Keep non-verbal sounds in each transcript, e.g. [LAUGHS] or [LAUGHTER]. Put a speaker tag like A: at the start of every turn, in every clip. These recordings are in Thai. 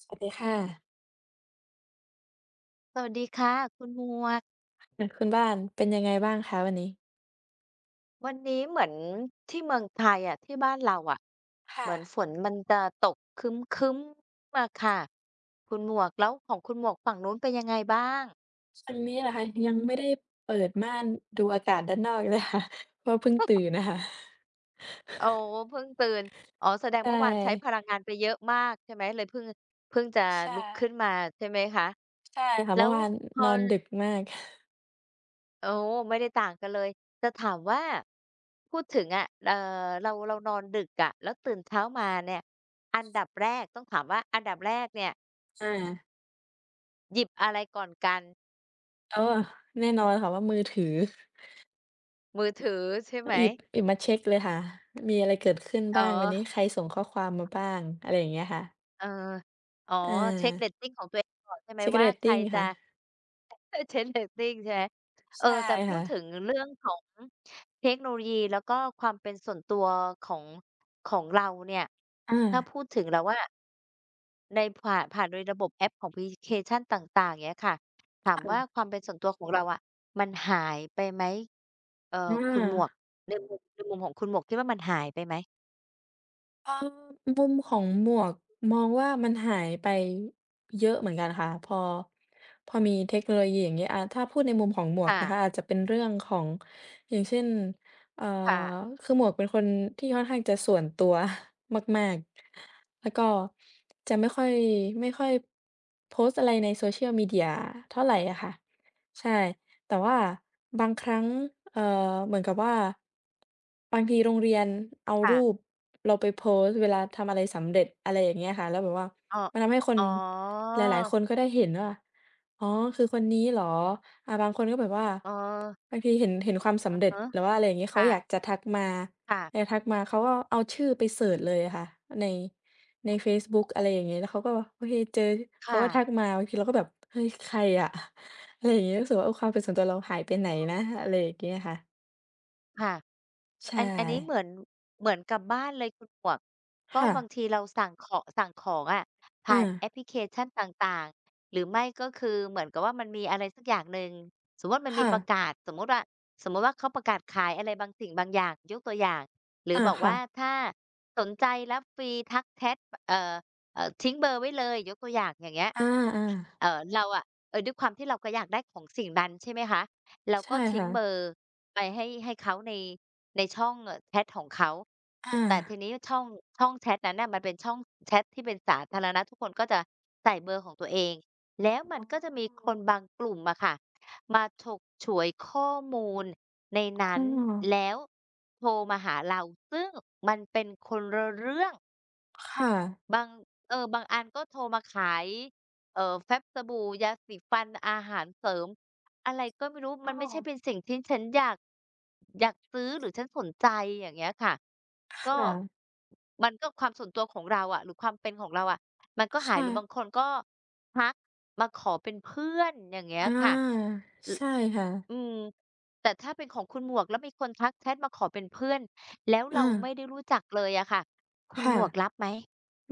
A: สวัสดีค่ะ
B: สวัสดีค่ะคุณหมวก
A: อ่าคุณบ้านเป็นยังไงบ้างคะวันนี้
B: วันนี้เหมือนที่เมืองไทยอะที่บ้านเราอะเห
A: ค่ะ
B: มือนฝนมันจะตกครึ้มๆอะค่ะคุณหมวกแล้วของคุณหมวกฝั่งนู้นเป็นยังไงบ้าง
A: ทางนี้เหรอคะยังไม่ได้เปิดม่านดูอากาศด้านนอกเลยค่ะ [LAUGHS] เพราะว่าเพิ่งตื่นน่ะค่ะ [LAUGHS]
B: โอ้เพิ่งตื่นอ๋อแสดง
A: ใช่
B: เมื่อวานใช้พลังงานไปเยอะมากใช่ไหมเลยเพิ่งจะลุ
A: ใช่
B: กขึ้นมาใช่ไหมคะ
A: ใช่ค่ะ
B: แล้
A: เมื่อ
B: ว
A: วาน
B: พอ
A: นอนดึกมาก
B: โอ้ไม่ได้ต่างกันเลยจะถามว่าพูดถึงอะเรานอนดึกอะแล้วตื่นเช้ามาเนี่ยอันดับแรกต้องถามว่าอันดับแรกเนี่ย
A: อา [LAUGHS]
B: หยิบอะไรก่อนกัน
A: อ๋อแน่นอนค่ะว่ามือถือ
B: มือถือใช่ไหม
A: หยิบมาเช็กเลยค่ะมีอะไรเกิดขึ้น
B: อ๋อ
A: บ้างวันนี้ใครส่งข้อความมาบ้างอะไรอย่างเงี้ยค่ะ
B: เอออ๋อ
A: อ
B: เช็ก
A: า
B: rating ของตัวเองก่อนใช่ไหม
A: เช็กเร
B: ว่า
A: ต
B: ใคร
A: ติง
B: จะ
A: ค่ะ
B: [LAUGHS] เช็ก rating ใช่ไหมเออ
A: ใช่
B: แต่พูด
A: ค่ะ
B: ถึงเรื่องของเทคโนโลยีแล้วก็ความเป็นส่วนตัวของของเราเนี่ย
A: อา
B: ถ้าพูดถึงแล้วอะ ในผ่านโดยระบบแอปของพลิเคชันต่างๆเงี้ยค่ะถามว่า
A: ค่ะ
B: ความเป็นส่วนตัวของเราอะมันหายไปไหมเอ่
A: อ
B: อคุณหมวก
A: า
B: ในมุมของคุณหมวกคิดว่ามันหายไปไหม
A: เอ่อมุมของหมวกมองว่ามันหายไปเยอะเหมือนกันค่ะพอมีเทคโนโลยีอย่างเงี้ยอะถ้าพูดในมุมของหมวก
B: ค่ะ
A: นะคะอาจจะเป็นเรื่องของอย่างเช่นเอ่อ
B: ค่ะ
A: คือหมวกเป็นคนที่ค่อนข้างจะส่วนตัว [LAUGHS] มากๆแล้วก็จะไม่ค่อยโพสต์อะไรใน social media เชียลมีเดียเท่าไหรอะค่ะใช่ แต่ว่าบางครั้งเอ่อเหมือนกับว่าบางทีโรงเรียนเอา
B: ค่ะ
A: รูปเราไปโพสต์เวลาทำอะไรสำเร็จอะไรอย่างเงี้ยค่ะแล้วแบบว่า
B: อ้อ
A: มันทำให้คน
B: อ๋อ
A: หลายๆคนก็ได้เห็นว่าอ๋อคือคนนี้เหรออาบางคนก็แบบว่า
B: อ๋อ
A: บางทีเห็นความสำ
B: อะ
A: เร็จ
B: ฮะ
A: หรือว่าอะไรอย่างงี้เขาอยาก
B: ค่ะ
A: จะทักมาอ
B: ค่ะ
A: ยากทักมาเขาก็เอาชื่อไปเซิร์ชเลยอะค่ะในในเฟซบุ๊กอะไรอย่างงี้แล้วเขาก็โอเคเจอเขา
B: ค่ะ
A: ก็ทักมาบางทีเราก็แบบเฮ้ยใครอะ อะไรอย่างเงี้ยรู้สึกว่าเออความเป็นส่วนตัวเราหายไปไหนนะอะไรอย่างเงี้ยค่ะ
B: ค่ะ เออ
A: ใช่
B: อันนี้เหมือนเหมือนกับบ้านเลยคุณหมวกก็
A: ค่ะ
B: บางทีเราสั่งขอสั่งของอะ
A: อา
B: ผ่านแอปพลิเคชันต่างๆหรือไม่ก็คือเหมือนกับว่ามันมีอะไรสักอย่างหนึ่งสมมุติมันมี
A: ค่ะ
B: ประกาศสมมุติว่าสมมุติว่าเขาประกาศขายอะไรบางสิ่งบางอย่างยกตัวอย่างหรือ
A: อา
B: บอก
A: ค่ะ
B: ว่าถ้าสนใจรับฟรีทัก tag เอ่อทิ้งเบอร์ไว้เลยยกตัวอย่างอย่างเงี้ย
A: อา
B: เราอะเออด้วยความที่เราก็อยากได้ของสิ่งนั้นใช่ไหมคะเรา
A: ๆ
B: ก็
A: ใช่
B: ทิ้ง
A: ค่ะ
B: เบอร์ไปให้เขาใน ในช่องแชตของเขา
A: อา
B: แต่ทีนี้ช่องแชตนั้นน่ะมันเป็นช่องแชตที่เป็นสาธารณะทุกคนก็จะใส่เบอร์ของตัวเอง แล้วมัน
A: อ๋
B: ก็จะมีค
A: อ
B: นบางกลุ่มอะค่ะ มาฉกฉวยข้อมูลในนั้น
A: อ้อ
B: แล้วโทรมาหาเราซึ่งมันเป็นคนละเรื่อง
A: ค่ะ
B: บางเออบางอันก็โทรมาขายแฟ้มสบู่ยาสีฟันอาหารเสริมอะไรก็ไม่รู้มั
A: อ้อ
B: นไม่ใช่เป็นสิ่งที่ฉันอยากซื้อหรือฉันสนใจอย่างเงี้ยค่ะ
A: ค
B: ก็
A: ่ะ
B: มันก็ความส่วนตัวของเราอะหรือความเป็นของเราอะมันก็หายห
A: ใช่
B: รือบางคนก็ทักมาขอเป็นเพื่อนอย่างเงี้ยค่ะ
A: อา
B: อ
A: ใช่ค่ะ
B: อืมแต่ถ้าเป็นของคุณหมวกแล้วมีคนทักแชตมาขอเป็นเพื่อนแล้วเรา
A: อา
B: ไม่ได้รู้จักเลยอะค่ะคุณหม
A: ค่ะ
B: วกรับไหม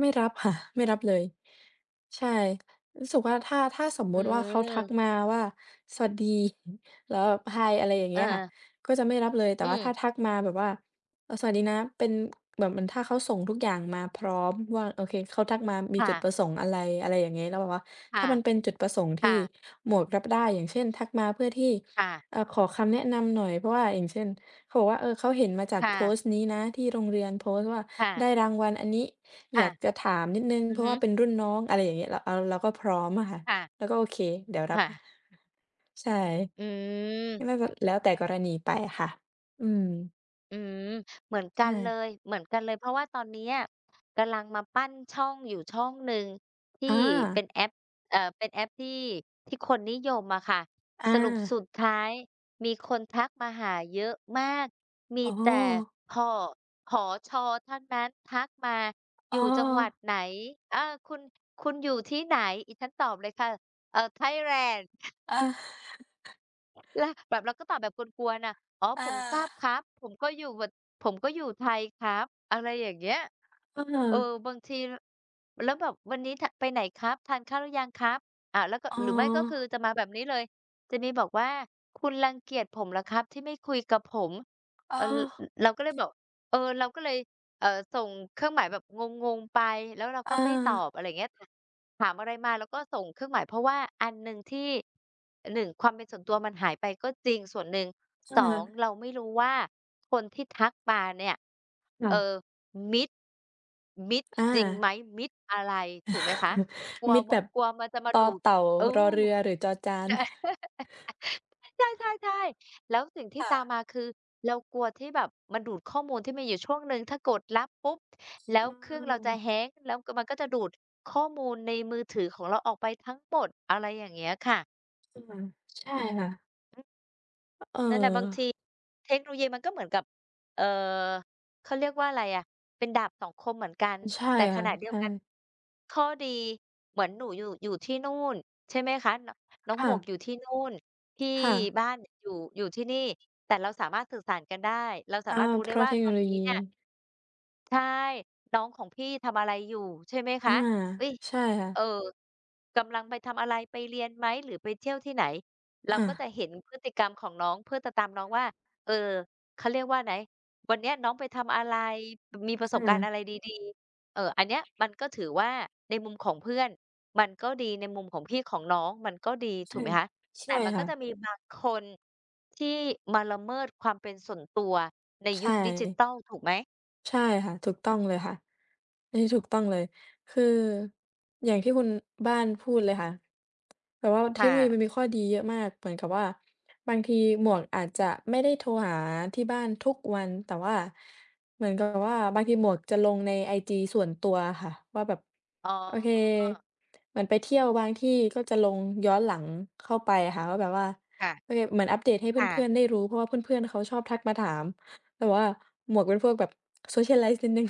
A: ไม่รับค่ะ [LAUGHS] ไม่รับเลยใช่รู้สึกว่าถ้าสม
B: อื
A: มุติว่าเขาทัก
B: ม
A: มาว่าสวัสดี [LAUGHS] แล้วแบบ "Hi" อะไรอย่าง
B: เออ
A: เงี้ยค่ะก็จะไม่รับเลยแต่
B: อื
A: ว่า
B: ม
A: ถ้าทักมาแบบว่าสวัสดีนะเป็นแบบเหมือนถ้าเขาส่งทุกอย่างมาพร้อมว่าโอเคเขาทักมามี
B: ค่ะ
A: จุดประสงค์อะไรอะไรอย่างงี้แล้วแบบว่าถ้า
B: ค่ะ
A: มันเป็นจุดประสงค์ที่
B: ค่ะ
A: หมวกรับได้อย่างเช่นทักมาเพื่อที่
B: ค่ะ
A: ขอคำแนะนำหน่อยเพราะว่าอย่างเช่นเขาบอกว่าเออเขาเห็นมาจากโพสต์
B: ค่ะ
A: นี้นะที่โรงเรียนโพสต์ว่า ได้
B: ค่ะ
A: รางวัลอันนี้อยากจะ
B: ค่ะ
A: ถามนิดหนึ่ง
B: อื
A: เพ
B: อ
A: ราะ
B: ฮึ
A: ว่าเป็นรุ่นน้องอะไรอย่างเงี้ยเราเอาเราก็พร้อมอะค่ะ
B: ค่ะ
A: เราก็โอเคเดี๋ยวรับ
B: ค่ะ
A: ใช่
B: อื
A: ไม่า
B: ม
A: จะแล้วแต่กรณีไปค่ะอืม
B: อืมเหมือนกัน
A: ใช่
B: เลยเหมือนกันเลยเพราะว่าตอนเนี้ยกำลังมาปั้นช่องอยู่ช่องหนึ่งที่
A: อ
B: เป็น
A: า
B: แอปเป็นแอปที่คนนิยมอะค่ะ
A: อา
B: สรุปสุดท้ายมีคนทักมาหาเยอะมากมี
A: อ๋อ
B: แต่ผอผอชอทั้งนั้นทักมาอ
A: อ้อ
B: ยู่จังหวัดไหนเออคุณคุณอยู่ที่ไหนอีฉันตอบเลยค่ะไทยแลนด์
A: อา
B: แล้วแบบเราก็ตอบแบบกวนๆน่ะอ๋อผ
A: อา
B: มทราบครับผมก็อยู่แบบผมก็อยู่ไทยครับอะไรอย่างเงี้ย
A: เอ
B: เออ
A: อ
B: บางทีแล้วแบบวันนี้ทไปไหนครับทานข้าวหรือยังครับอ่าแล้วก็
A: อ๋อ
B: หรือไม่ก็คือจะมาแบบนี้เลยจะมีบอกว่าคุณรังเกียจผมเหรอครับที่ไม่คุยกับผม
A: อ้
B: เอ
A: อ
B: อรเราก็เลยบอกเออเราก็เลย เอ่อส่งเครื่องหมายแบบงงๆไปแล้วเราก็
A: อา
B: ไม่ตอบอะไรอย่างเงี้ยถถามอะไรมาเราก็ส่งเครื่องหมายเพราะว่าอันหนึ่งที่1ความเป็นส่วนตัวมันหายไปก็จริงส่วนหนึ่ง2
A: อา
B: เราไม่รู้ว่าคนที่ทักมาเนี่ยเอ่อ
A: ค่ะ
B: มิจฉมิจฉจริง
A: อา
B: ไหมมิจฉอะไรถูกไหมคะ
A: [LAUGHS] มิตรแบบ
B: กลัวมันจะมา
A: ต
B: ดู
A: อ
B: ด
A: เต่า
B: เออ
A: รอเรือหรือจอจาน
B: ใช่ [LAUGHS] ใช่ใช่แล้วสิ่งที่
A: ค่ะ
B: ตามมาคือเรากลัวที่แบบมันดูดข้อมูลที่มีอยู่ช่วงหนึ่งถ้ากดรับปุ๊บแล้ว
A: อื
B: เครื่องเราจะ
A: ม
B: hang แล้วกมันก็จะดูดข้อมูลในมือถือของเราออกไปทั้งหมดอะไรอย่างเงี้ยค่ะ
A: ค่ะใช่ค่ะ เ
B: นั่นแหละบางที
A: ออ
B: เทคโนโลยีมันก็เหมือนกับเอ่อเขาเรียกว่าอะไรอะเป็นดาบสองคมเหมือนกัน
A: ใช่
B: แต่ข
A: ค่ะ
B: ณะเดียว
A: ใช่
B: กันข้อดีเหมือนหนูอยู่ที่นู่นใช่ไหมคะนน้องหม
A: ค่ะ
B: วกอยู่ที่นู่นพี่
A: ค่ะ
B: บ้านอยู่อยู่ที่นี่แต่เราสามารถสื่อสารกันได้เราสา
A: อา
B: มารถรู้
A: เพ
B: ได้
A: ราะ
B: ว่า
A: เทค
B: ตอ
A: โน
B: น
A: โล
B: นี้
A: ยี
B: เนี่ย ใช่น้องของพี่ทำอะไรอยู่ใช่ไหม
A: อา
B: คะอุ๊ย
A: ใช่ค่ะ
B: เออกำลังไปทำอะไรไปเรียนไหมหรือไปเที่ยวที่ไหนเรา
A: อาอา
B: ก็จะเห็นพฤติกรรมของน้องเพื่อจะตามน้องว่าเออเขาเรียกว่าไหนวันเนี้ยน้องไปทำอะไรมีประส
A: ใช่
B: บการณ์อะไรดีๆเอออันเนี้ยมันก็ถือว่าในมุมของเพื่อนมันก็ดีในมุมของพี่ของน้องมันก็ดีถูกไหมคะแต่
A: ใช่
B: มันก็
A: ค่ะ
B: จะมีบางคนที่มาละเมิดความเป็นส่วนตัวในยุ
A: ใช่
B: คดิจิทัลถูกไหม
A: ใช่ค่ะถูกต้องเลยค่ะอันนี้ถูกต้องเลยคืออย่างที่คุณบ้านพูดเลยค่ะ แต่ว่าเทคโน
B: ค่ะ
A: โลยีมันมีข้อดีเยอะมาก เหมือนกับว่าบางทีหมวกอาจจะไม่ได้โทรหาที่บ้านทุกวันแต่ว่าเหมือนกับว่าบางทีหมวกจะลงในไอจีส่วนตัวอะค่ะว่าแบบ
B: อ๋อ
A: โอเคเหมือนไปเที่ยวบางที่ก็จะลงย้อนหลังเข้าไปอะค่ะว่าแบบว่าโอ
B: ค่ะ
A: เคเหมือนอัปเดตให้เพ
B: ค่ะ
A: ื่อนๆได้รู้เพราะว่าเพื่อนๆเขาชอบทักมาถามแต่ว่าหมวกเป็นพวกแบบ socialize นิดหนึ่ง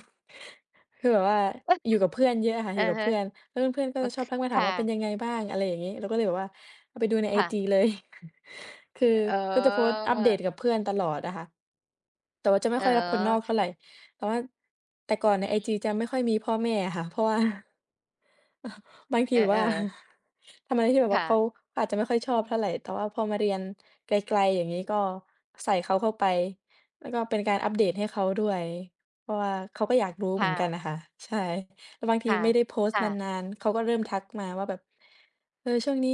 A: คือแบบว่า
B: อ
A: อยู่กับเพื่อนเยอะอะค่ะอ
B: อ
A: ยู่กับ
B: ฮะ
A: เพื่อนแล้วเพื่อนๆก็
B: โอ
A: จะช
B: เค
A: อบทักมาถามว่าเป็นยัง
B: ค่ะ
A: ไงบ้างอะไรอย่างงี้เราก็เลยแบบว่าเอาไปดูในไอจี [LAUGHS]
B: ค่ะ
A: เลยคือ
B: เอ
A: ก็จะโพส
B: อ
A: ต์อัปเดตกับเพื่อนตลอดอะค่ะแต่ว่าจะไม่
B: เออ
A: ค่อยรับคนนอกเท่าไรแต่ว่าแต่ก่อนใน
B: อื
A: ไอจี
B: ม
A: จะไม่ค่อยมีพ่อแม่อะค่ะเพราะว่า บางที
B: เอ
A: แบบ
B: อ
A: ว่า
B: ๆ
A: [LAUGHS] ทำอะไรที่แบบว่า
B: ค่ะ
A: เขาอาจจะไม่ค่อยชอบเท่าไหรแต่ว่าพอมาเรียนไกลๆอย่างนี้ก็ใส่เขาเข้าไปแล้วก็เป็นการอัปเดตให้เขาด้วยเพราะว่าเขาก็อยากรู้เหมือ
B: ค่ะ
A: นกันนะคะใช่แล้วบางที
B: ค่ะ
A: ไม่ได้โพสต์
B: ค่ะ
A: นานๆเขาก็เริ่มทักมาว่าแบบเออช่วงนี้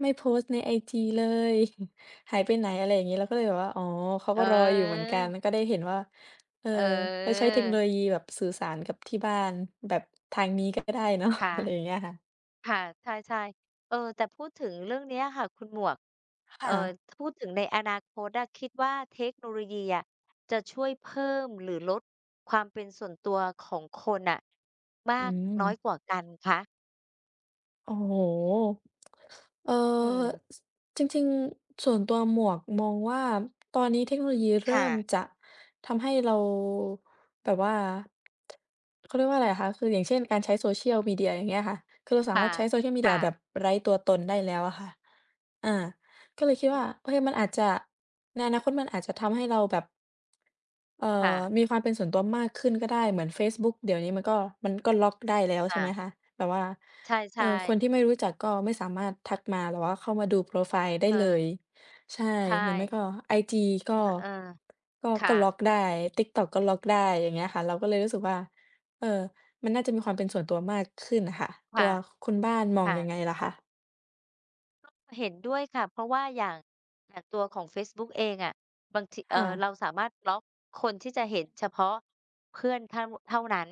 A: ไม่โพสต์ในไอจีเลย [LAUGHS] หายไปไหนอะไรอย่างนี้เราก็เลยแบบว่าอ๋อเขา
B: เอ
A: ก็รออยู่เหมือนกันก็
B: อ
A: ได้เห็นว่าเออ
B: เอ
A: เราใช้
B: อ
A: เทคโนโลยีแบบสื่อสารกับที่บ้านแบบทางนี้ก็ได้เนาะ [LAUGHS] อะไรอ
B: ค่ะ
A: ย่างเงี้ยค่ะ
B: ค่ะใช่ๆเออแต่พูดถึงเรื่องเนี้ยค่ะ คุณหมวกเอ่อ
A: ค่ะ
B: พูดถึงในอนาคตอะคิดว่าเทคโนโลยีอะจะช่วยเพิ่มหรือลดความเป็นส่วนตัวของคนน่ะมา
A: อื
B: กน้อยก
A: ม
B: ว่ากันคะ
A: โอ้โหเอ่อ
B: อืม
A: สจริงๆส่วนตัวหมวกมองว่าตอนนี้เทคโนโลยีเริ่
B: ค่ะ
A: มจะทำให้เราแบบว่าเขาเรียกว่าอะไรอะคะคืออย่างเช่นการใช้ Social Media อย่างเงี้ยค่ะคือเราสามาร
B: ค่ะ
A: ถใช้ Social Media
B: ค่ะ
A: แบบไร้ตัวตนได้แล้วอะค่ะอาก็เลยคิด
B: อื
A: ว่า
B: อ
A: โอเคมันอาจจะในอนาคตมันอาจจะทำให้เราแบบเอ่อ
B: ค่ะ
A: มีความเป็นส่วนตัวมากขึ้นก็ได้เหมือนเฟซบุ๊กเดี๋ยวนี้มันก็ล็อกได้แล้วใช่
B: ค่ะ
A: ไหมคะแบบว่า
B: ใ
A: เออ
B: ช่
A: คนที่
B: ๆ
A: ไม่รู้จักก็ไม่สามารถทักมาหรือว่าเข้ามาดูโพรไฟล์ได้
B: เอ
A: เล
B: อ
A: ยใช่ห
B: ใช่
A: รือไม่ก็ไอจี
B: เ
A: ก็
B: ออ
A: ก็
B: ๆ
A: ก็
B: ค่ะ
A: ล็อกได้ TikTok ก็ล็อกได้อย่างเงี้ยค่ะเราก็เลยรู้สึกว่าเออมันน่าจะมีความเป็นส่วนตัวมากขึ้นน่ะค่ะตั
B: ค่ะ
A: วคุณบ้านมองยังไง
B: ค่ะ
A: ล่ะคะ
B: เห็นด้วยค่ะเพราะว่าอย่างอย่างตัวของเฟซบุ๊กเองอะบางทีเอ
A: ค่ะ
B: อเราสามารถบล็อกคนที่จะเห็นเฉพาะเพื่อนเท่าเท่านั้น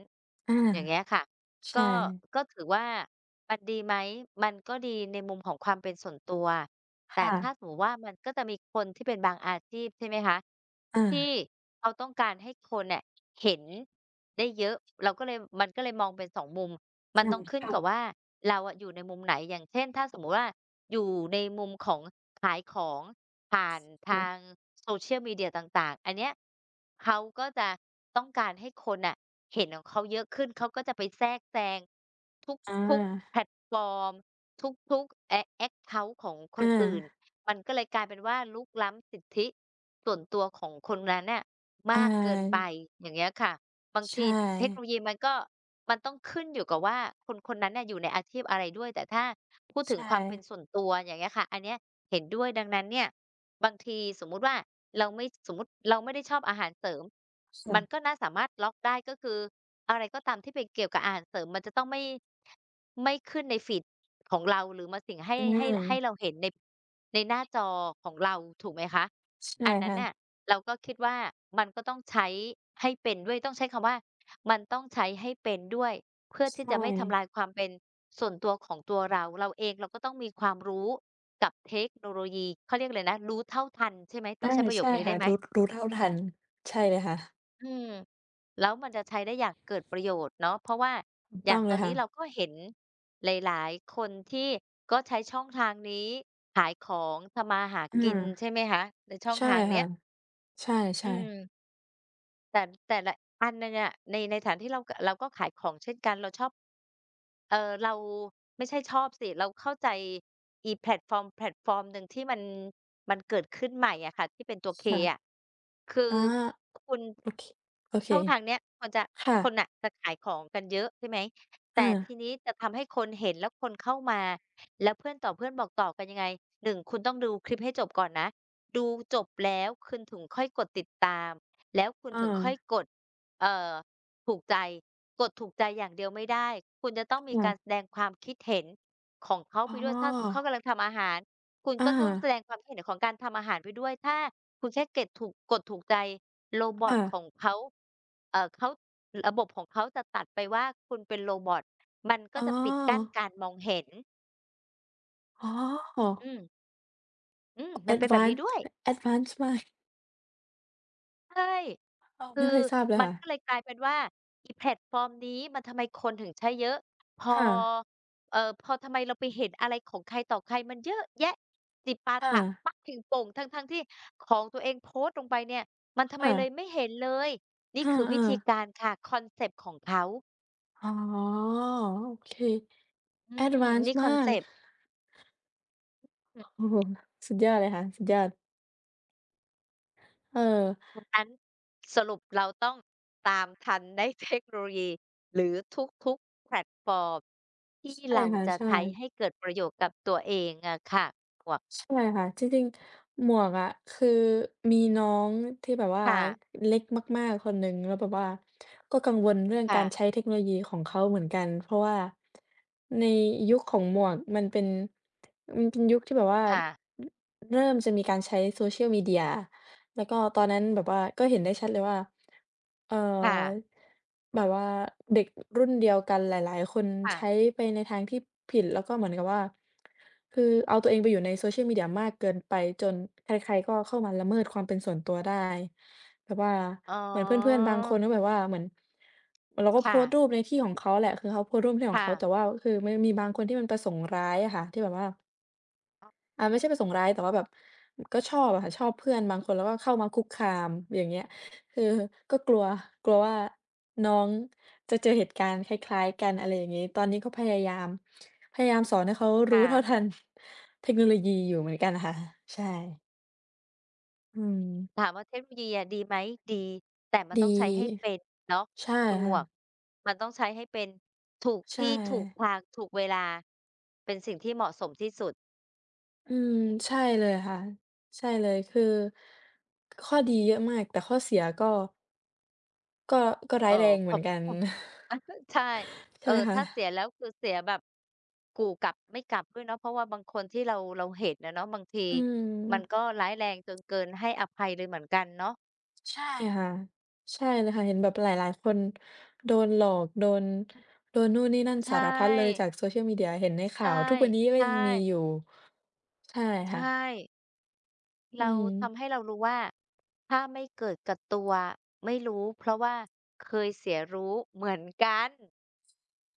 A: อา
B: อย่างเงี้ยค่ะก็
A: ใช่
B: ก็ถือว่ามันดีไหมมันก็ดีในมุมของความเป็นส่วนตัวแต่
A: ค่ะ
B: ถ้าสมมติว่ามันก็จะมีคนที่เป็นบางอาชีพใช่ไหมคะ
A: อา
B: ที่เขาต้องการให้คนเนี่ยเห็นได้เยอะเราก็เลยมันก็เลยมองเป็นสองมุมมัน
A: ใช่
B: ต้องขึ้นกับ
A: ค่ะ
B: ว่าเราอะอยู่ในมุมไหนอย่างเช่นถ้าสมมุติว่า อยู่ในมุมของขายของผ่านทาง
A: ค่ะ
B: social media ต่างๆ อันเนี้ยเขาก็จะต้องการให้คนน่ะเห็นของเขาเยอะขึ้น เขาก็จะไปแทรกแซงท
A: อ
B: ุกๆแพ
A: า
B: ลตฟอร์มทุกๆแอแอ็กเคานต์ของค
A: อ
B: นอื่น
A: า
B: มันก็เลยกลายเป็นว่ารุกล้ำสิทธิส่วนตัวของคนนั้นน่ะ
A: อ
B: มากเกินไป
A: า
B: อย่างเงี้ยค่ะ บาง
A: ใช
B: ทีเทคโนโล
A: ่
B: ยีมันก็มันต้องขึ้นอยู่กับว่าคนคนนั้นเน่ยอยู่ในอาชีพอะไรด้วยแต่ถ้าพูดถึง
A: ใช่
B: ความเป็นส่วนตัวอย่างเงี้ยค่ะอันเนี้ยเห็นด้วยดังนั้นเนี่ยบางทีสมมุติว่าเราไม่สมมุติเราไม่ได้ชอบอาหารเสริม
A: ค่ะ
B: มันก็น่าสามารถล็อกได้ก็คืออะไรก็ตามที่เป็นเกี่ยวกับอาหารเสริมมันจะต้องไม่ไม่ขึ้นในฟีดของเราหรือมาสิ่งให้
A: อื
B: ให้ให้เรา
A: ม
B: เห็นในในหน้าจอของเราถูกไหมคะ
A: ใช่
B: อันนั้นน่ะ
A: ค่ะ
B: เราก็คิดว่ามันก็ต้องใช้ให้เป็นด้วยต้องใช้คำว่ามันต้องใช้ให้เป็นด้วยเพื่อที่
A: ใช่
B: จะไม่ทำลายความเป็นส่วนตัวของตัวเราเราเองเราก็ต้องมีความรู้กับเทคโนโลยีเขาเรียกอะไรนะรู้เท่าทันใช่ไหมต้อง
A: อา
B: ใช้ประโยค
A: ใช่
B: นี้ได้
A: ค่ะ
B: ไหม
A: รู้รู้เท่าทันใช่เลยค่ะ
B: อืมแล้วมันจะใช้ได้อย่างเกิดประโยชน์เนาะเพราะว่า
A: ถูก
B: อย่า
A: ต้อ
B: ง
A: ง
B: ต
A: เล
B: อน
A: ย
B: นี้
A: ค่ะ
B: เราก็เห็นหลายๆคนที่ก็ใช้ช่องทางนี้ขายของทำมาหา
A: อ
B: กินใช่
A: า
B: ไหมคะในช่อง
A: ใช่
B: ทางเนี้ย
A: ค่ะใช
B: อื
A: ่ๆ
B: ม แต่แต่ละอันน่ะเนี่ยในในฐานะที่เรากเราก็ขายของเช่นกันเราชอบเอ่อเราไม่ใช่ชอบสิเราเข้าใจอีแพลตฟอร์มแพลตฟอร์มหนึ่งที่มันมันเกิดขึ้นใหม่อะค่ะที่เป็นตัว K
A: ค่ะ
B: อะคือ
A: อ๋อ
B: คุณ
A: โอเคโอเค
B: ช่องทางเนี้ยคนจะ
A: ค่ะ
B: คนน่ะจะขายของกันเยอะใช่ไหมแต่
A: อา
B: ทีนี้จะทำให้คนเห็นแล้วคนเข้ามาแล้วเพื่อนต่อเพื่อนบอกต่อกันยังไงหนึ่งคุณต้องดูคลิปให้จบก่อนนะดูจบแล้วคุณถึงค่อยกดติดตาม แล้วคุณ
A: อา
B: ถึงค่อยกดเอ่อถูกใจ กดถูกใจอย่างเดียวไม่ได้ คุณจะต้องมีการแส
A: ค่ะ
B: ดงความคิดเห็นของเขา
A: อ๋
B: ไปด้วยถ้าสมมุติ
A: อ
B: เขากำลังทำอาหารคุณก็
A: อา
B: ต้องแสดงความคิดเห็นของการทำอาหารไปด้วย ถ้าคุณแค่เก็ดถูกกดถูกใจโรบอต
A: ค่ะ
B: ของเขาเขาระบบของเขาจะตัดไปว่าคุณเป็นโรบอตมันก็
A: อ๋อ
B: จะปิดกั้นการมองเห็น
A: อ๋อ
B: อืมอืมมั
A: แอ
B: น
A: ด
B: เป็นแบบ
A: วาน
B: นี้ด้
A: ซ์
B: วย
A: แอดวานซ์มาก
B: ใช่
A: อ้าว
B: คื
A: ไม่
B: อ
A: เคยทราบเลย
B: มัน
A: ค่ะ
B: ก็เลยกลายเป็นว่าอีแพลตฟอร์มนี้มันทำไมคนถึงใช้เยอะพอ
A: ค่ะ
B: พอทำไมเราไปเห็นอะไรของใครต่อใครมันเยอะแยะจิปา
A: ค่ะ
B: ถะปักถึงโป่งทั้งๆที่ของตัวเองโพสต์ลงไปเนี่ยมันทำไม
A: ค่ะ
B: เลยไม่เห็นเลยนี่
A: อ
B: คือวิ
A: า
B: ธี
A: ๆ
B: การค่ะคอนเซปต์ของเขา
A: อ๋อโอเค
B: อื
A: แอด
B: ม
A: วาน
B: นี่
A: ซ์
B: คอน
A: มา
B: เซ
A: ก
B: ปต์
A: โอ้โฮสุดยอดเลยค่ะสุดยอดเออ
B: ดังนั้นสรุปเราต้องตามทันได้เทคโนโลยีหรือทุกๆแพลตฟอร์มที่
A: ใช่
B: เรา
A: ค่ะ
B: จะ
A: ใช่
B: ใช้ให้เกิดประโยชน์กับตัวเองอะค่ะหมวก
A: ใช่ค่ะจริงๆหมวกอะคือมีน้องที่แบบว่า
B: ค่ะ
A: เล็กมากๆคนหนึ่งแล้วแบบว่าก็กังวลเรื่องกา
B: ค่ะ
A: รใช้เทคโนโลยีของเขาเหมือนกันเพราะว่าในยุคของหมวกมันเป็นยุคที่แบบว่า
B: ค่ะ
A: เริ่มจะมีการใช้ social media แล้วก็ตอนนั้นแบบว่าก็เห็นได้ชัดเลยว่าเอ่
B: ค่ะ
A: อแบบว่าเด็กรุ่นเดียวกันหลายๆคนใช้
B: ค่ะ
A: ไปในทางที่ผิดแล้วก็เหมือนกับว่า คือเอาตัวเองไปอยู่ใน Social Media มากเกินไปจนใครๆก็เข้ามาละเมิดความเป็นส่วนตัวได้แบบว่า
B: อ๋อ
A: เหมือนเพื่อนๆบางคนก็แบบว่าเหมือนเราก็โพ
B: ค่ะ
A: สต์รูปในที่ของเขาแหละคือเขาโพสต์รูปในที่ของ
B: ค่ะ
A: เขาแต่ว่าคือมันมีบางคนที่มันประสงค์ร้ายอะค่ะที่แบบว่า
B: อ
A: ไม่ใช่ประสงค์ร้ายแต่ว่าแบบก็ชอบอะค่ะชอบเพื่อนบางคนแล้วก็เข้ามาคุกคามอย่างเงี้ยคือก็กลัวกลัวว่าน้องจะเจอเหตุการณ์คล้ายๆกันอะไรอย่างงี้ตอนนี้ก็พยายามสอนให้เขารู้เท่าทั
B: ค่ะ
A: น [LAUGHS] เทคโนโลยีอยู่เหมือนกันค่ะใช่อืม
B: ถามว่าเทคโนโลยีอะดีไหมดีแต่มัน
A: ดี
B: ต้องใช้ให้เป็นเนาะ
A: ใช่
B: คุณหม
A: ค่ะ
B: วกมันต้องใช้ให้เป็นถูก
A: ใช่
B: ที่ถูกทางถูกเวลาเป็นสิ่งที่เหมาะสมที่สุด
A: อืมใช่เลยค่ะใช่เลยคือข้อดีเยอะมากแต่ข้อเสียก็ก็
B: เอ
A: ร้า
B: อ
A: ยแรง
B: พ
A: เหมื
B: อ
A: อนกัน
B: อะกใช่
A: [LAUGHS]
B: เอ
A: ใช่
B: อ
A: ไหมคะ
B: ถ้าเสียแล้วคือเสียแบบกู่กลับไม่กลับด้วยเนาะเพราะว่าบางคนที่เราเราเห็นอะเนาะบางที
A: อืม
B: มันก็ร้ายแรงจนเกินให้อภัยเลยเหมือนกันเนาะ
A: ใช่ใช่ค่ะใช่เลยค่ะเห็นแบบหลายๆคนโดนหลอกโดนโดนนู่นนี่นั่น
B: ใช
A: สารพัดเลยจา
B: ่
A: ก Social Media เห็นในข่า
B: ใช่
A: วทุกวันนี้ก็
B: ใช่
A: ยังมีอยู่ใช่
B: ใช
A: ค่ะ
B: ่
A: อื
B: เรา
A: ม
B: ทำให้เรารู้ว่าถ้าไม่เกิดกับตัวไม่รู้เพราะว่าเคยเสียรู้เหมือนกัน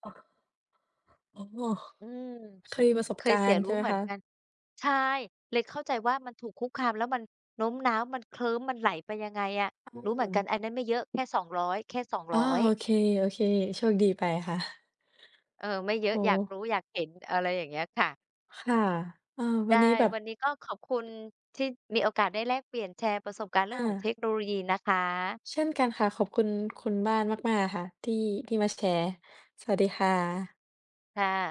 A: อ๋อ
B: อืม
A: เคยมีประสบ
B: เคย
A: กา
B: เสี
A: ร
B: ย
A: ณ์
B: รู้
A: ใช่ไหม
B: เหมือน
A: คะ
B: กัน ใช่ เลยเข้าใจว่ามันถูกคุกคามแล้วมันโน้มน้าวมันเคลิ้มมันไหลไปยังไงอะ
A: อื
B: รู้เหมือน
A: ม
B: กันอันนั้นไม่เยอะแค่200แค่
A: อา
B: 200
A: โอเคโอเคโชคดีไปค่ะ
B: เออไม่
A: โอ้
B: เย
A: โฮ
B: อะอยากรู้อยากเห็นอะไรอย่างเงี้ยค่ะ
A: ค่ะเออวั
B: ได้
A: นนี้แบบ
B: วันนี้ก็ขอบคุณที่มีโอกาสได้แลกเปลี่ยนแชร์ประสบการณ์เรื่อง
A: อา
B: ของเทคโนโลยีนะคะ
A: เช่นกันค่ะขอบคุณคุณบ้านมากๆค่ะที่ที่มาแชร์สวัสดีค่ะ
B: ค่ะ